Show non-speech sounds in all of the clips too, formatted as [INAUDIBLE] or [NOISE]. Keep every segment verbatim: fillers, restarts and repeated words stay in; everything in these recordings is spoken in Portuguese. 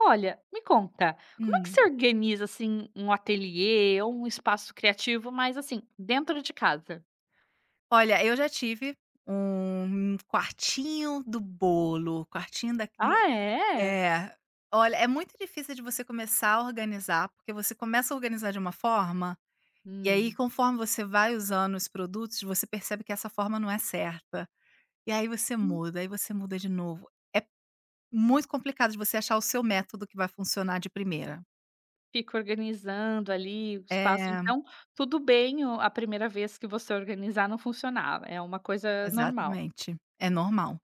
Olha, me conta, como é que Hum. você organiza, assim, um ateliê ou um espaço criativo, mas assim, dentro de casa? Olha, eu já tive um quartinho do bolo, quartinho daqui. Ah, é? É. Olha, é muito difícil de você começar a organizar, porque você começa a organizar de uma forma, e aí Hum. conforme você vai usando os produtos, você percebe que essa forma não é certa. E aí você Hum. muda, aí você muda de novo. É muito complicado de você achar o seu método que vai funcionar de primeira. Fica organizando ali o espaço, É, então tudo bem o a primeira vez que você organizar não funcionar, é uma coisa normal. exatamente. É normal.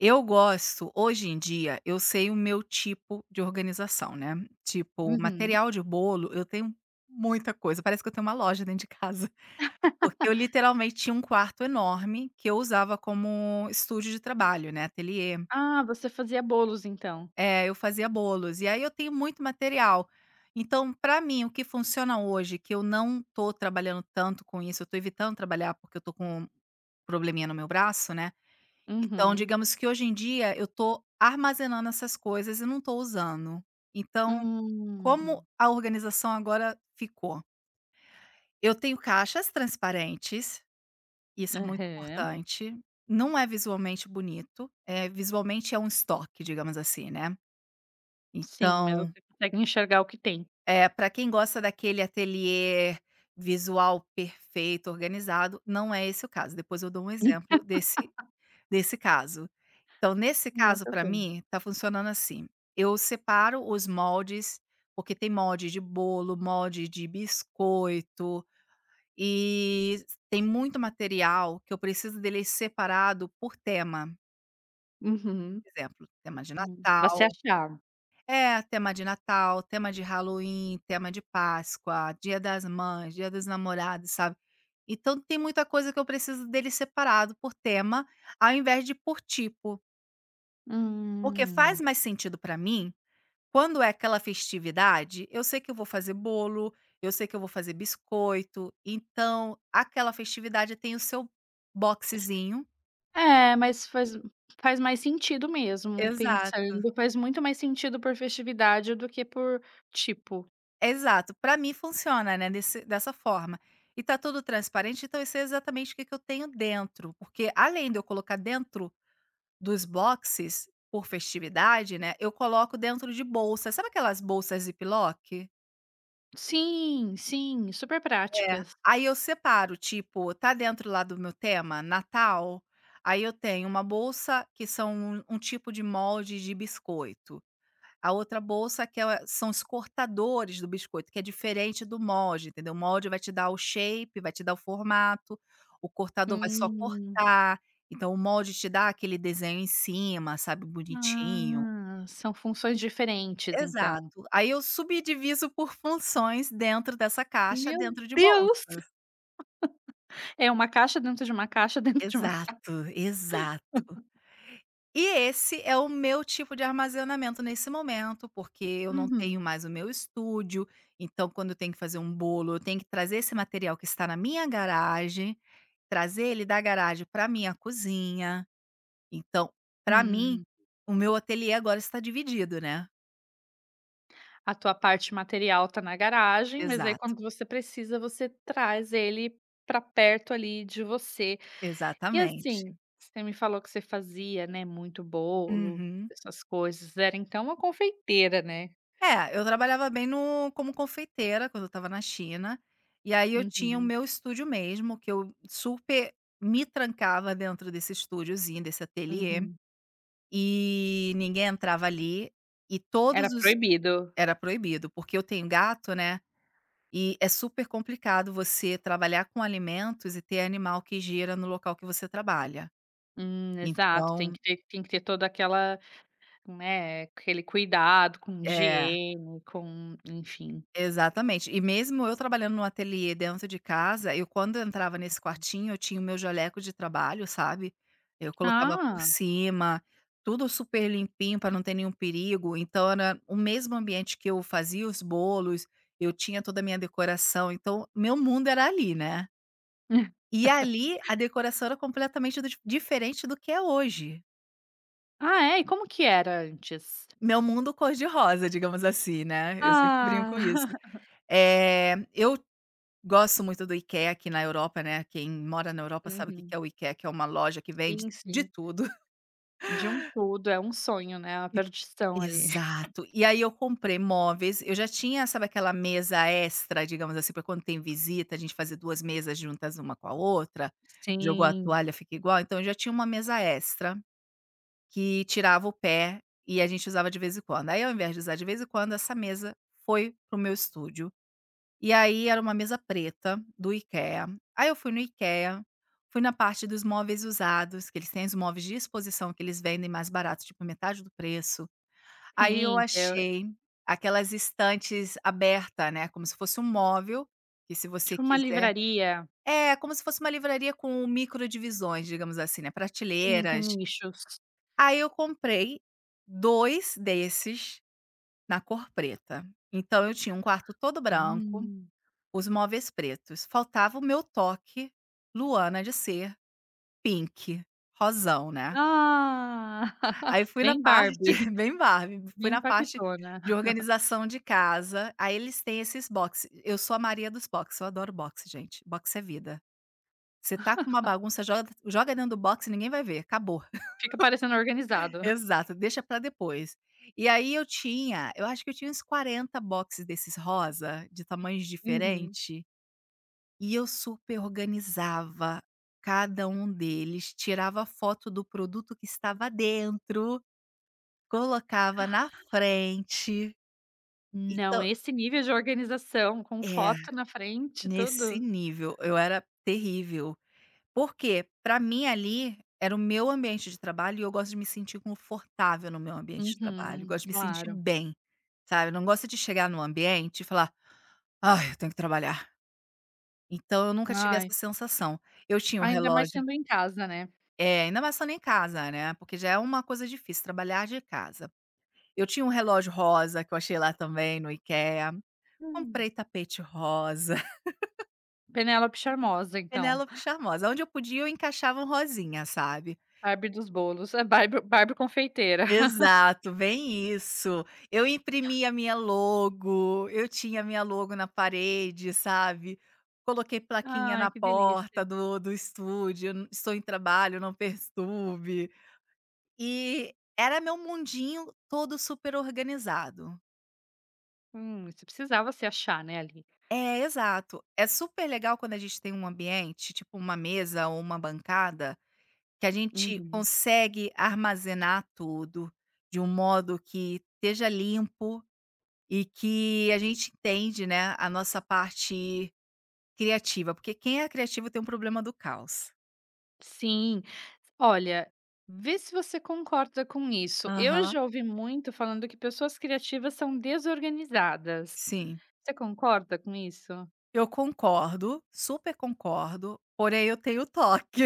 Eu gosto hoje em dia, eu sei o meu tipo de organização, né. Tipo, Uhum. material de bolo, eu tenho muita coisa, parece que eu tenho uma loja dentro de casa, [LAUGHS] porque eu literalmente tinha um quarto enorme que eu usava como estúdio de trabalho, né, ateliê. Ah, você fazia bolos então? É, eu fazia bolos, e aí eu tenho muito material. Então, pra mim, o que funciona hoje, que eu não tô trabalhando tanto com isso, eu tô evitando trabalhar porque eu tô com um probleminha no meu braço, né. Então, Uhum. digamos que hoje em dia eu estou armazenando essas coisas e não estou usando. Então, como Hum. a organização agora ficou? Eu tenho caixas transparentes, isso é muito Aham. importante. Não é visualmente bonito, é visualmente é um estoque, digamos assim, né. Sim, mas Então, você consegue enxergar o que tem. é para quem gosta daquele ateliê visual perfeito, organizado, não é esse o caso. Depois eu dou um exemplo [LAUGHS] desse desse caso. Então, nesse Ah, caso, tá para bom. mim, tá funcionando assim: eu separo os moldes, porque tem molde de bolo, molde de biscoito, e tem muito material que eu preciso dele separado por tema. Uhum. Por exemplo, tema de Uhum. Pra se Natal achar. é, tema de Natal, tema de Halloween, tema de Páscoa, Dia das Mães, Dia dos Namorados, sabe. Então tem muita coisa que eu preciso dele separado por tema, ao invés de por tipo, porque faz Hum. mais sentido para mim. Quando é aquela festividade, eu sei que eu vou fazer bolo, eu sei que eu vou fazer biscoito, então aquela festividade tem o seu boxezinho. É, mas faz faz mais sentido mesmo, Exato, pensando, faz muito mais sentido por festividade do que por tipo. exato. Para mim funciona, né, desse dessa forma. E tá tudo transparente, então eu sei exatamente o que que eu tenho dentro, porque além de eu colocar dentro dos boxes por festividade, né, eu coloco dentro de bolsa, sabe aquelas bolsas Ziploc? Sim, sim, super É, práticas. aí eu separo, tipo, tá dentro lá do meu tema, Natal, aí eu tenho uma bolsa que são um um tipo de molde de biscoito, a outra bolsa que é são os cortadores do biscoito, que é diferente do molde, entendeu. O molde vai te dar o shape, vai te dar o formato, o cortador vai só Hum. cortar, então o molde te dá aquele desenho em cima, sabe, Hum. bonitinho. Ah, são funções diferentes então. Exato. Aí eu subdiviso por [LAUGHS] funções dentro dessa caixa, Meu dentro de Deus! bolsa. É uma caixa dentro de uma caixa [LAUGHS] dentro de uma ca Exato, exato. E esse é o meu tipo de armazenamento nesse momento, porque eu não tenho Uhum. mais o meu estúdio, então quando eu tenho que fazer um bolo, eu tenho que trazer esse material que está na minha garagem, trazer ele da garagem para minha cozinha. Então, para mim, Hum. o meu ateliê agora está dividido, né. A tua parte material tá na garagem, mas aí Exato, quando você precisa, você traz ele pra perto ali de você. E exatamente. assim, você me falou que você fazia, né, muito bolo, Uhum. essas coisas, era então uma confeiteira, né? É, eu trabalhava bem no como confeiteira quando eu estava na China, e aí eu tinha o Uhum, meu estúdio mesmo, que eu super me trancava dentro desse estúdiozinho, desse ateliê, uhum. e ninguém entrava ali. E todos Era os proibido. Era proibido, porque eu tenho gato, né, e é super complicado você trabalhar com alimentos e ter animal que gira no local que você trabalha. Hum, exato, tem Então que ter tem que ter toda aquela, né, aquele cuidado com é. higiene, com enfim. Exatamente. E mesmo eu trabalhando no ateliê dentro de casa, eu quando eu entrava nesse quartinho, eu tinha o meu jaleco de trabalho, sabe. Eu colocava por Ah. cima, tudo super limpinho para não ter nenhum perigo, então era o mesmo ambiente que eu fazia os bolos, eu tinha toda a minha decoração, então meu mundo era ali, né. [LAUGHS] E ali a decoração era completamente do diferente do que é hoje. Ah é? E como que era antes? Meu mundo cor de rosa, digamos assim, né, eu sempre brinco isso. Ah. [LAUGHS] é eu Gosto muito do IKEA aqui na Europa, né, quem mora na Europa sabe o que que Uhum. é o IKEA, que é uma loja que vende Sim, de sim. tudo. De um tudo, é um sonho, né, a [LAUGHS] perdição E ali. [LAUGHS] exato. E aí eu comprei móveis, eu já tinha, sabe aquela mesa extra, digamos assim, para quando tem visita, a gente fazer duas mesas juntas uma com a outra, jogou a Sim, toalha, fica igual, então eu já tinha uma mesa extra, que tirava o pé e a gente usava de vez em quando. Aí ao invés de usar de vez em quando, essa mesa foi pro meu estúdio. E aí era uma mesa preta do IKEA. Aí eu fui no IKEA, fui na parte dos móveis usados, que eles têm os móveis de exposição que eles vendem mais barato, tipo metade do preço. Aí eu sim. achei aquelas estantes abertas, né, como se fosse um móvel, que se você Tipo uma quiser livraria, é, como se fosse uma livraria com microdivisões, digamos assim, né, sim, com prateleiras. nichos. Aí eu comprei dois desses na cor preta. Então eu tinha um quarto todo branco, Hum. os móveis pretos. Faltava o meu toque Luana de ser pink, rosão, né. Ah, Aí [LAUGHS] fui na bem parte Barbie, [LAUGHS] bem Barbie, fui bem na parte de Paquitona. organização de casa, aí eles têm esses boxes. Eu sou a Maria dos boxes, eu adoro boxe, gente. Boxe é vida. Você tá com uma bagunça, joga joga dentro do box e ninguém vai ver, acabou. Fica parecendo [LAUGHS] organizado. Exato, deixa pra depois. E aí eu tinha, eu acho que eu tinha uns quarenta boxes desses rosa, de tamanhos Uhum. diferentes. E eu super organizava cada um deles, tirava foto do produto que estava dentro, colocava na frente. Não, Então esse nível de organização com é, foto na frente, nesse tudo. nível, eu era terrível. Porque para mim ali era o meu ambiente de trabalho e eu gosto de me sentir confortável no meu ambiente de trabalho, Uhum, gosto de me sentir claro. bem, sabe. Eu não gosto de chegar no ambiente e falar: "Ai, eu tenho que trabalhar". Então eu nunca tive essa Ai, sensação. Eu tinha o ainda mais relógio sendo em casa, né. É, ainda mais estando em casa, né, porque já é uma coisa difícil trabalhar de casa. Eu tinha um relógio rosa que eu achei lá também no IKEA, Hum, comprei tapete rosa, [LAUGHS] Penélope Charmosa então, Penélope Charmosa, onde eu podia eu encaixava um rosinha, sabe. Barbie dos bolos, é Barbie Barbie confeiteira. [LAUGHS] Exato, bem isso. Eu imprimi a minha logo, eu tinha a minha logo na parede, sabe. Coloquei plaquinha Ai, na que delícia. porta do do estúdio, n "Estou em trabalho, não perturbe". E era meu mundinho todo super organizado. Hum, você precisava se achar, né, ali. É, exato. É super legal quando a gente tem um ambiente, tipo uma mesa ou uma bancada, que a gente Uhum. consegue armazenar tudo de um modo que esteja limpo e que a gente entende, né, a nossa parte criativa, porque quem é criativo tem um problema do caos. Sim. Olha, vê se você concorda com isso. Eu Aham. já ouvi muito falando que pessoas criativas são desorganizadas. Sim, Você concorda com isso? eu concordo, super concordo, porém eu tenho toque.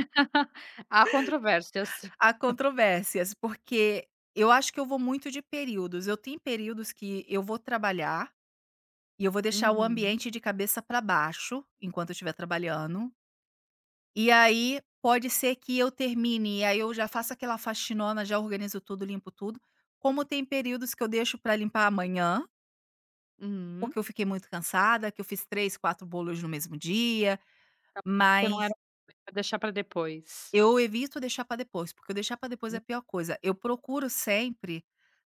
[LAUGHS] Há controvérsias. Há controvérsias, porque eu acho que eu vou muito de períodos. Eu tenho períodos que eu vou trabalhar e eu vou deixar o Uhum, ambiente de cabeça para baixo enquanto eu estiver trabalhando. E aí pode ser que eu termine, e aí eu já faço aquela faxinona, já organizo tudo, limpo tudo. Como tem períodos que eu deixo para limpar amanhã, uhum. porque eu fiquei muito cansada, que eu fiz três quatro bolos no mesmo dia, Então, você não era mas pra deixar para depois. eu evito deixar para depois, porque eu deixar para depois é a pior coisa. Eu procuro sempre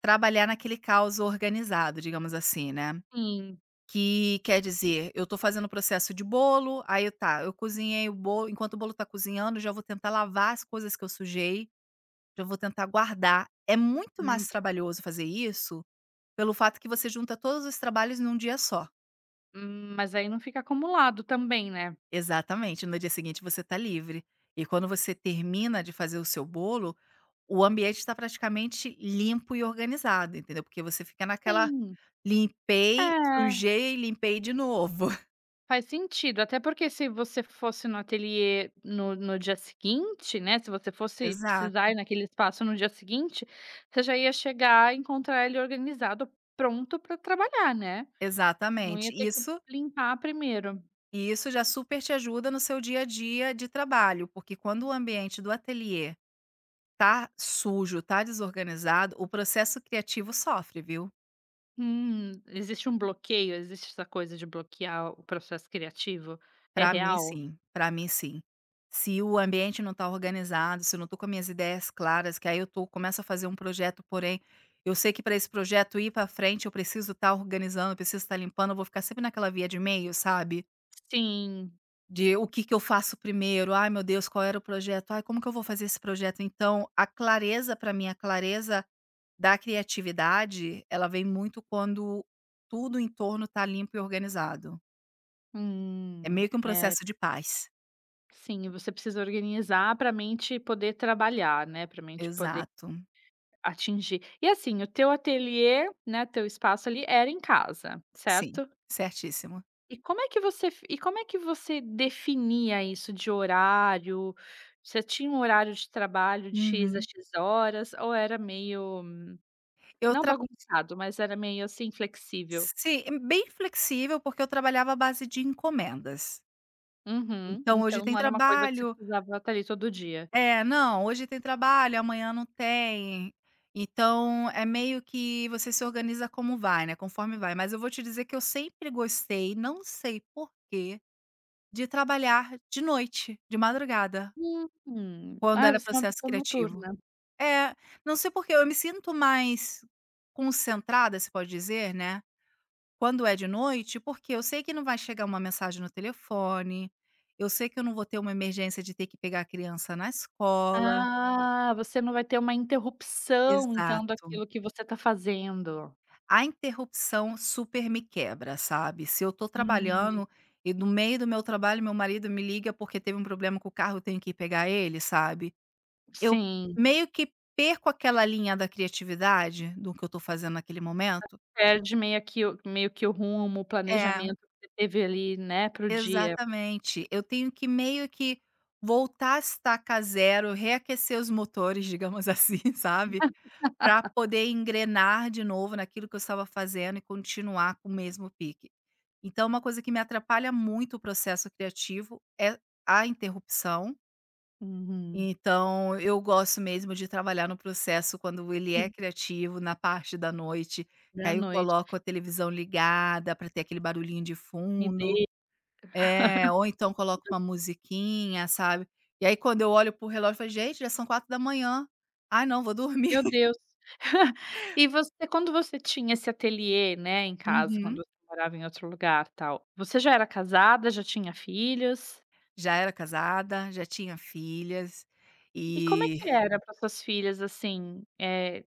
trabalhar naquele caos organizado, digamos assim, né. Sim, Que quer dizer, eu tô fazendo o processo de bolo, aí eu tá, eu cozinhei o bolo, enquanto o bolo tá cozinhando, já vou tentar lavar as coisas que eu sujei, já vou tentar guardar. É muito hum, mais trabalhoso fazer isso, pelo fato que você junta todos os trabalhos num dia só. hum, mas aí não fica acumulado também, né. Exatamente, no dia seguinte você tá livre. E quando você termina de fazer o seu bolo, o ambiente está praticamente limpo e organizado, entendeu, porque você fica naquela: Sim. limpei, É. sujei e limpei de novo. [LAUGHS] Faz sentido, até porque se você fosse no ateliê no no dia seguinte, né, se você fosse Exato, precisar ir naquele espaço no dia seguinte, você já ia chegar e encontrar ele organizado, pronto para trabalhar, né. Não ia exatamente. ter que Isso limpar primeiro. e isso já super te ajuda no seu dia a dia de trabalho, porque quando o ambiente do ateliê tá sujo, tá desorganizado, o processo criativo sofre, viu. Hum, existe um bloqueio, existe essa coisa de bloquear o processo criativo? É Pra mim real? sim, pra mim sim. Se o ambiente não tá organizado, se eu não tô com as minhas ideias claras, que aí eu tô começo a fazer um projeto, porém, eu sei que para esse projeto ir pra frente eu preciso estar organizando, eu preciso estar limpando, eu vou ficar sempre naquela via de meio, sabe. Sim. De o que que eu faço primeiro? "Ai, meu Deus, qual era o projeto? Ai, como que eu vou fazer esse projeto?" Então, a clareza para mim, a clareza da criatividade, ela vem muito quando tudo em torno tá limpo e organizado. É Hum, meio que um é, processo de paz. sim, você precisa organizar para a mente poder trabalhar, né, para a mente poder Exato. Atingir. E assim, o teu ateliê, né, teu espaço ali era em casa, Sim, certo? certíssimo. E como é que você f e como é que você definia isso de horário? Você tinha um horário de trabalho de X a Uhum. X horas ou era meio, Eu não tra bagunçado, mas era meio assim flexível? sim, é bem flexível, porque eu trabalhava à base de encomendas. Uhum. Então hoje Então tem não era uma coisa que você trabalho. precisava estar ali todo dia. É, não, hoje tem trabalho, amanhã não tem. Então, é meio que você se organiza como vai, né, conforme vai. Mas eu vou te dizer que eu sempre gostei, não sei por quê, de trabalhar de noite, de madrugada, Hum. quando Ah, era você é uma processo pessoa criativo. noturna. É, não sei por quê, eu me sinto mais concentrada, se pode dizer, né, quando é de noite, porque eu sei que não vai chegar uma mensagem no telefone, eu sei que eu não vou ter uma emergência de ter que pegar a criança na escola. Ah, você não vai ter uma interrupção então Exato. daquilo que você está fazendo. A interrupção super me quebra, sabe. Se eu tô Hum. trabalhando e no meio do meu trabalho meu marido me liga porque teve um problema com o carro, eu tenho que ir pegar ele, sabe. Eu Sim, meio que perco aquela linha da criatividade do que eu tô fazendo naquele momento. perde meio que o meio que o rumo, o É, planejamento que você teve ali, né, pro dia. exatamente. Eu tenho que meio que voltar a estaca zero, reaquecer os motores, digamos [LAUGHS] assim, sabe, para poder engrenar de novo naquilo que eu estava fazendo e continuar com o mesmo pique. Então, uma coisa que me atrapalha muito o processo criativo é a interrupção. Uhum. Então, eu gosto mesmo de trabalhar no processo quando ele E é criativo, na parte da noite, que da aí eu noite, coloco a televisão ligada para ter aquele barulhinho de me fundo, dei é, ou então coloco uma musiquinha, sabe? E aí, quando eu olho pro relógio, eu falo, gente, já são quatro da manhã. Ai, não, vou dormir. meu [LAUGHS] Deus. [LAUGHS] E você quando você tinha esse ateliê, né, em casa, quando Uhum. você morava em outro lugar, tal, você já era casada, já tinha filhos? Já era casada, já tinha filhas, E como é e. que era para suas filhas, assim, eh,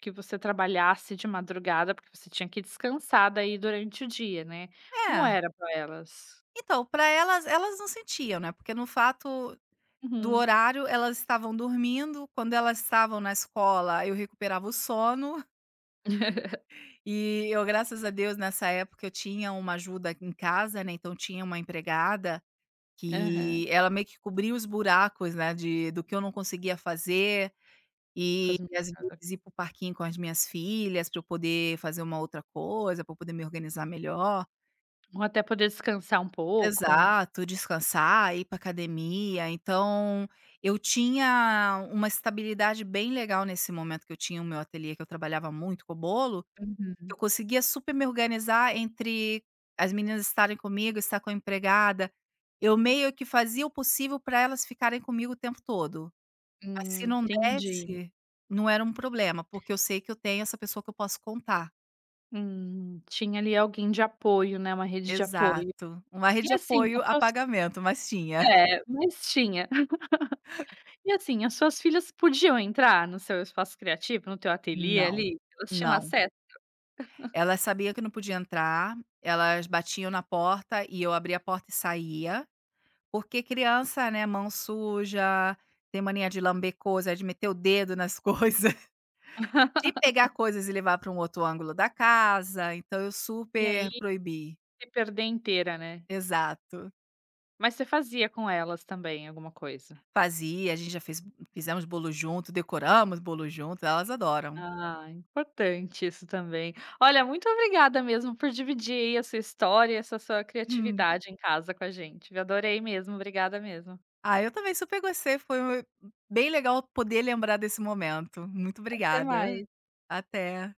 que você trabalhasse de madrugada, porque você tinha que descansar daí durante o dia, né. Como É. era para elas? Então, para elas elas não sentiam, né, porque no fato do Uhum. horário, elas estavam dormindo, quando elas estavam na escola, eu recuperava o sono, [LAUGHS] [LAUGHS] e eu, graças a Deus, nessa época eu tinha uma ajuda em casa, né, então tinha uma empregada Aham. que ela meio que cobria os buracos, né, de do que eu não conseguia fazer, Com e as às meninas aqui. vezes ir para o parquinho com as minhas filhas para eu poder fazer uma outra coisa, para eu poder me organizar melhor. Ou até poder descansar um pouco. Exato, descansar, ir para academia. Então, eu tinha uma estabilidade bem legal nesse momento que eu tinha o meu ateliê, que eu trabalhava muito com o bolo, Uhum. eu conseguia super me organizar entre as meninas estarem comigo, estar com a empregada. Eu meio que fazia o possível para elas ficarem comigo o tempo todo. Mas se Hum, não entendi. desse, não era um problema, porque eu sei que eu tenho essa pessoa que eu posso contar. Hum, tinha ali alguém de apoio, né, uma rede de apoio. Exato. Uma E rede de assim, as apoio a suas pagamento, mas tinha. É, mas tinha. [LAUGHS] E assim, as suas filhas podiam entrar no seu espaço criativo, no teu ateliê Não, ali? Elas tinham não. acesso? Ela sabia que não podia entrar, elas batiam na porta e eu abria a porta e saía, porque criança, né, mão suja, tem mania de lamber coisa, de meter o dedo nas coisas, [LAUGHS] de [LAUGHS] pegar coisas e levar para um outro ângulo da casa, então eu E aí super proibi. se perder inteira, né. Exato. Mas você fazia com elas também alguma coisa? Fazia, a gente já fez fizemos bolo junto, decoramos bolo junto, elas adoram. Ah, importante isso também. Olha, muito obrigada mesmo por dividir aí a sua história e essa sua Hum. criatividade em casa com a gente, viu, adorei mesmo, obrigada mesmo. Ah, eu também super gostei, foi bem legal poder lembrar desse momento. Muito Até obrigada. mais. Até.